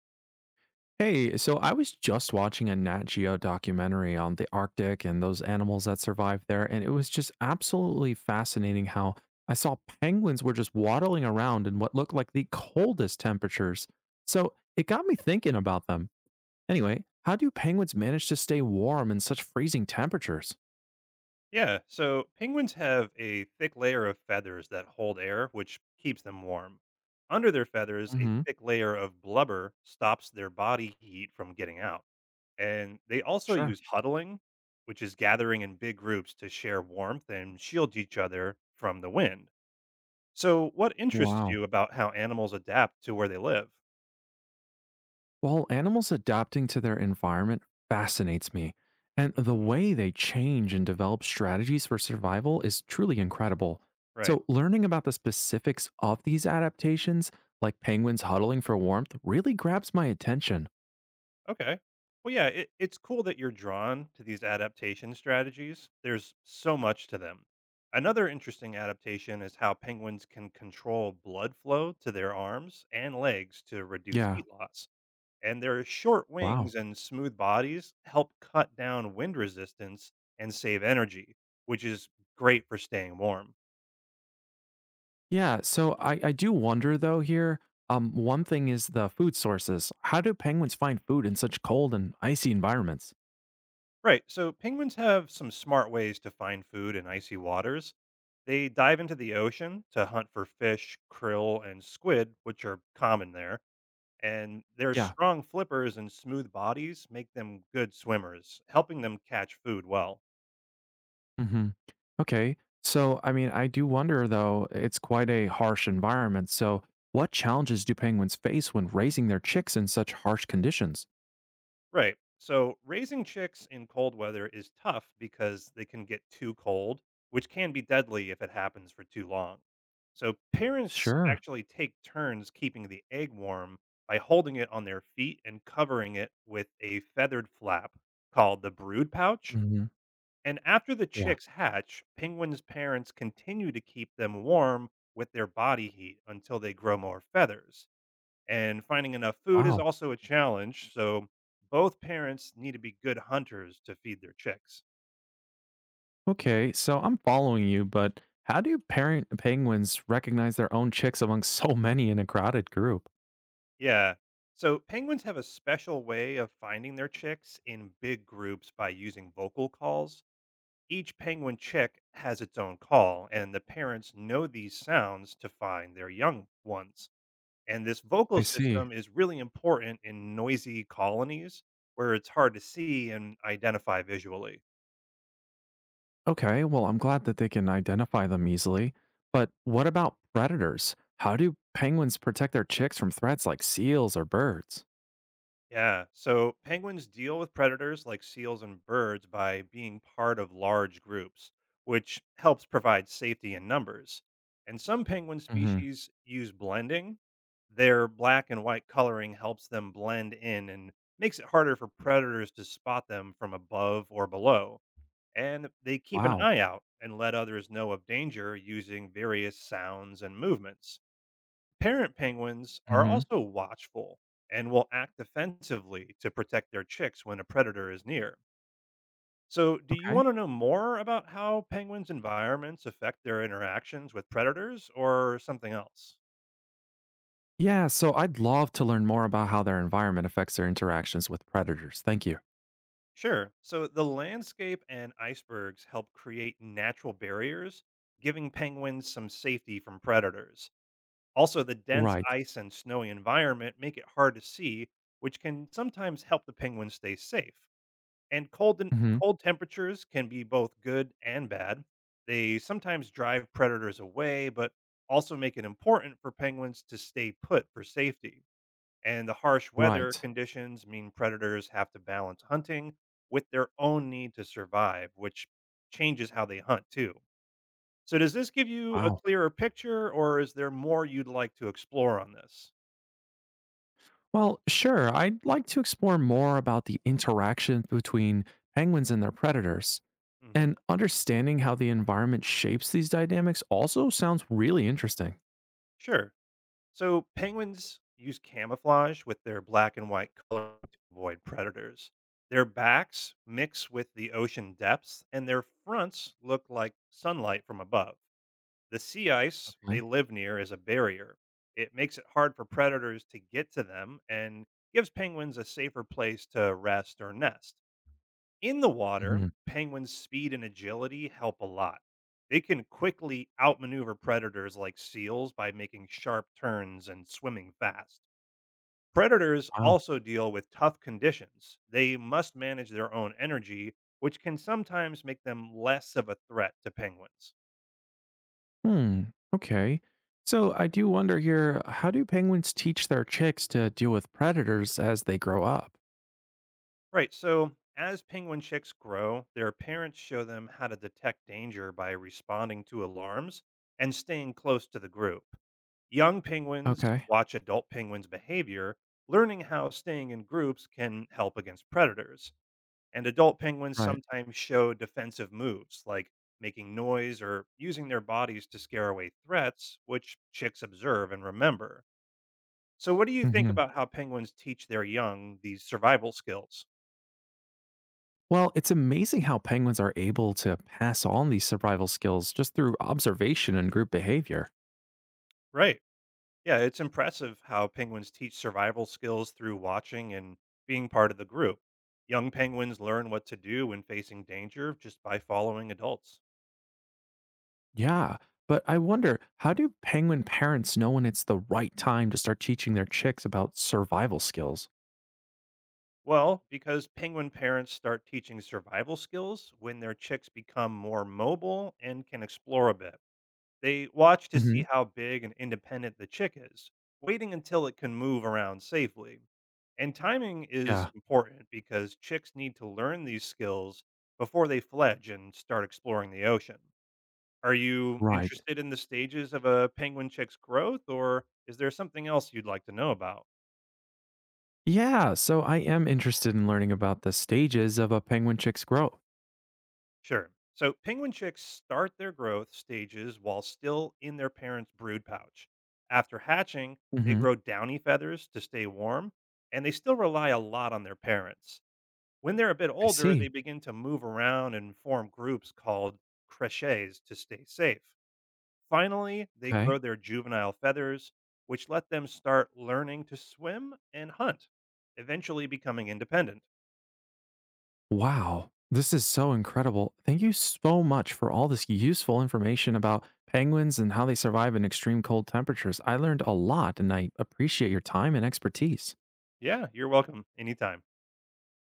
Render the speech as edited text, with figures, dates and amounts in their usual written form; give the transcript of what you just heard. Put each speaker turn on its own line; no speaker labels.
Hey, so I was just watching a Nat Geo documentary on the Arctic and those animals that survive there, and it was just absolutely fascinating how I saw penguins were just waddling around in what looked like the coldest temperatures. So it got me thinking about them. Anyway, how do penguins manage to stay warm in such freezing temperatures?
Yeah, so penguins have a thick layer of feathers that hold air, which keeps them warm. Under their feathers, a
hmm.
thick layer of blubber stops their body heat from getting out. And they also
Sure.
use huddling, which is gathering in big groups to share warmth and shield each other from the wind. So, what interests
Wow.
you about how animals adapt to where they live?
While animals adapting to their environment fascinates me, and the
hmm
way they change and develop strategies for survival is truly incredible.
Right.
So, learning about the specifics of these adaptations, like penguins huddling for warmth, really grabs my attention.
Okay. Well, yeah, it's cool that you're drawn to these adaptation strategies. There's so much to them. Another interesting adaptation is how penguins can control blood flow to their arms and legs to reduce
Yeah,
heat loss. And their short
wow.
wings and smooth bodies help cut down wind resistance and save energy, which is great for staying warm.
Yeah, so I do wonder though here. One thing is the food sources. How do penguins find food in such cold and icy environments?
Right. So penguins have some smart ways to find food in icy waters. They dive into the ocean to hunt for fish, krill, and squid, which are common there. And their
Yeah.
strong flippers and smooth bodies make them good swimmers, helping them catch food well.
hmm. Okay. So, I mean, I do wonder though, it's quite a harsh environment. So, what challenges do penguins face when raising their chicks in such harsh conditions?
Right. So raising chicks in cold weather is tough because they can get too cold, which can be deadly if it happens for too long. So parents
Sure.
actually take turns keeping the egg warm by holding it on their feet and covering it with a feathered flap called the brood pouch.
hmm.
And after the
Yeah.
chicks hatch, penguins' parents continue to keep them warm with their body heat until they grow more feathers and finding enough food is
Wow.
also a challenge. So both parents need to be good hunters to feed their chicks.
Okay. So, I'm following you, but how do parent penguins recognize their own chicks among so many in a crowded group?
Yeah. So penguins have a special way of finding their chicks in big groups by using vocal calls. Each penguin chick has its own call, and the parents know these sounds to find their young ones. And this vocal
I see.
system is really important in noisy colonies where it's hard to see and identify visually.
Okay. Well, I'm glad that they can identify them easily. But what about predators? How do penguins protect their chicks from threats like seals or birds?
Yeah. So penguins deal with predators like seals and birds by being part of large groups, which helps provide safety in numbers. And some penguin
hmm.
species use blending. Their black and white coloring helps them blend in and makes it harder for predators to spot them from above or below. And they keep an
Wow.
eye out and let others know of danger using various sounds and movements. Parent penguins are
Mhm.
also watchful and will act defensively to protect their chicks when a predator is near. So, do you
Okay.
want to know more about how penguins' environments affect their interactions with predators or something else?
Yeah, so I'd love to learn more about how their environment affects their interactions with predators. Thank you.
Sure. So, the landscape and icebergs help create natural barriers, giving penguins some safety from predators. Also, the dense
Right.
ice and snowy environment make it hard to see, which can sometimes help the penguins stay safe. And cold and
Mhm.
cold temperatures can be both good and bad. They sometimes drive predators away, but also make it important for penguins to stay put for safety. And the harsh weather
Right.
conditions mean predators have to balance hunting with their own need to survive, which changes how they hunt too. So, does this give you a
Wow.
clearer picture, or is there more you'd like to explore on this?
Well, sure. I'd like to explore more about the interaction between penguins and their predators.
hmm
And understanding how the environment shapes these dynamics also sounds really interesting.
Sure. So penguins use camouflage with their black and white color to avoid predators. Their backs mix with the ocean depths, and their fronts look like sunlight from above. The sea ice they
Okay.
live near is a barrier. It makes it hard for predators to get to them and gives penguins a safer place to rest or nest. In the water,
Mhm.
penguins' speed and agility help a lot. They can quickly outmaneuver predators like seals by making sharp turns and swimming fast. Predators
Wow.
also deal with tough conditions. They must manage their own energy, which can sometimes make them less of a threat to penguins.
Hmm. Okay. So I do wonder here, how do penguins teach their chicks to deal with predators as they grow up?
Right, so as penguin chicks grow, their parents show them how to detect danger by responding to alarms and staying close to the group. Young penguins
Okay.
watch adult penguins' behavior, learning how staying in groups can help against predators. And adult penguins
Right.
sometimes show defensive moves, like making noise or using their bodies to scare away threats, which chicks observe and remember. So, what do you think
Mhm.
about how penguins teach their young these survival skills?
Well, it's amazing how penguins are able to pass on these survival skills just through observation and group behavior.
Right. Yeah, it's impressive how penguins teach survival skills through watching and being part of the group. Young penguins learn what to do when facing danger just by following adults.
Yeah. But I wonder, how do penguin parents know when it's the right time to start teaching their chicks about survival skills?
Well, because penguin parents start teaching survival skills when their chicks become more mobile and can explore a bit. They watch to
hmm.
see how big and independent the chick is, waiting until it can move around safely. And timing is
Yeah.
important because chicks need to learn these skills before they fledge and start exploring the ocean. Are you
Right.
interested in the stages of a penguin chick's growth, or is there something else you'd like to know about?
Yeah. So I am interested in learning about the stages of a penguin chick's growth.
Sure. So penguin chicks start their growth stages while still in their parents' brood pouch. After hatching, they
hmm.
grow downy feathers to stay warm, and they still rely a lot on their parents. When they're a bit
I
older, they
see.
begin to move around and form groups called creches to stay safe. Finally, they grow
Okay.
their juvenile feathers, which let them start learning to swim and hunt, eventually becoming independent.
Wow, this is so incredible. Thank you so much for all this useful information about penguins and how they survive in extreme cold temperatures. I learned a lot and I appreciate your time and expertise.
Yeah, you're welcome anytime.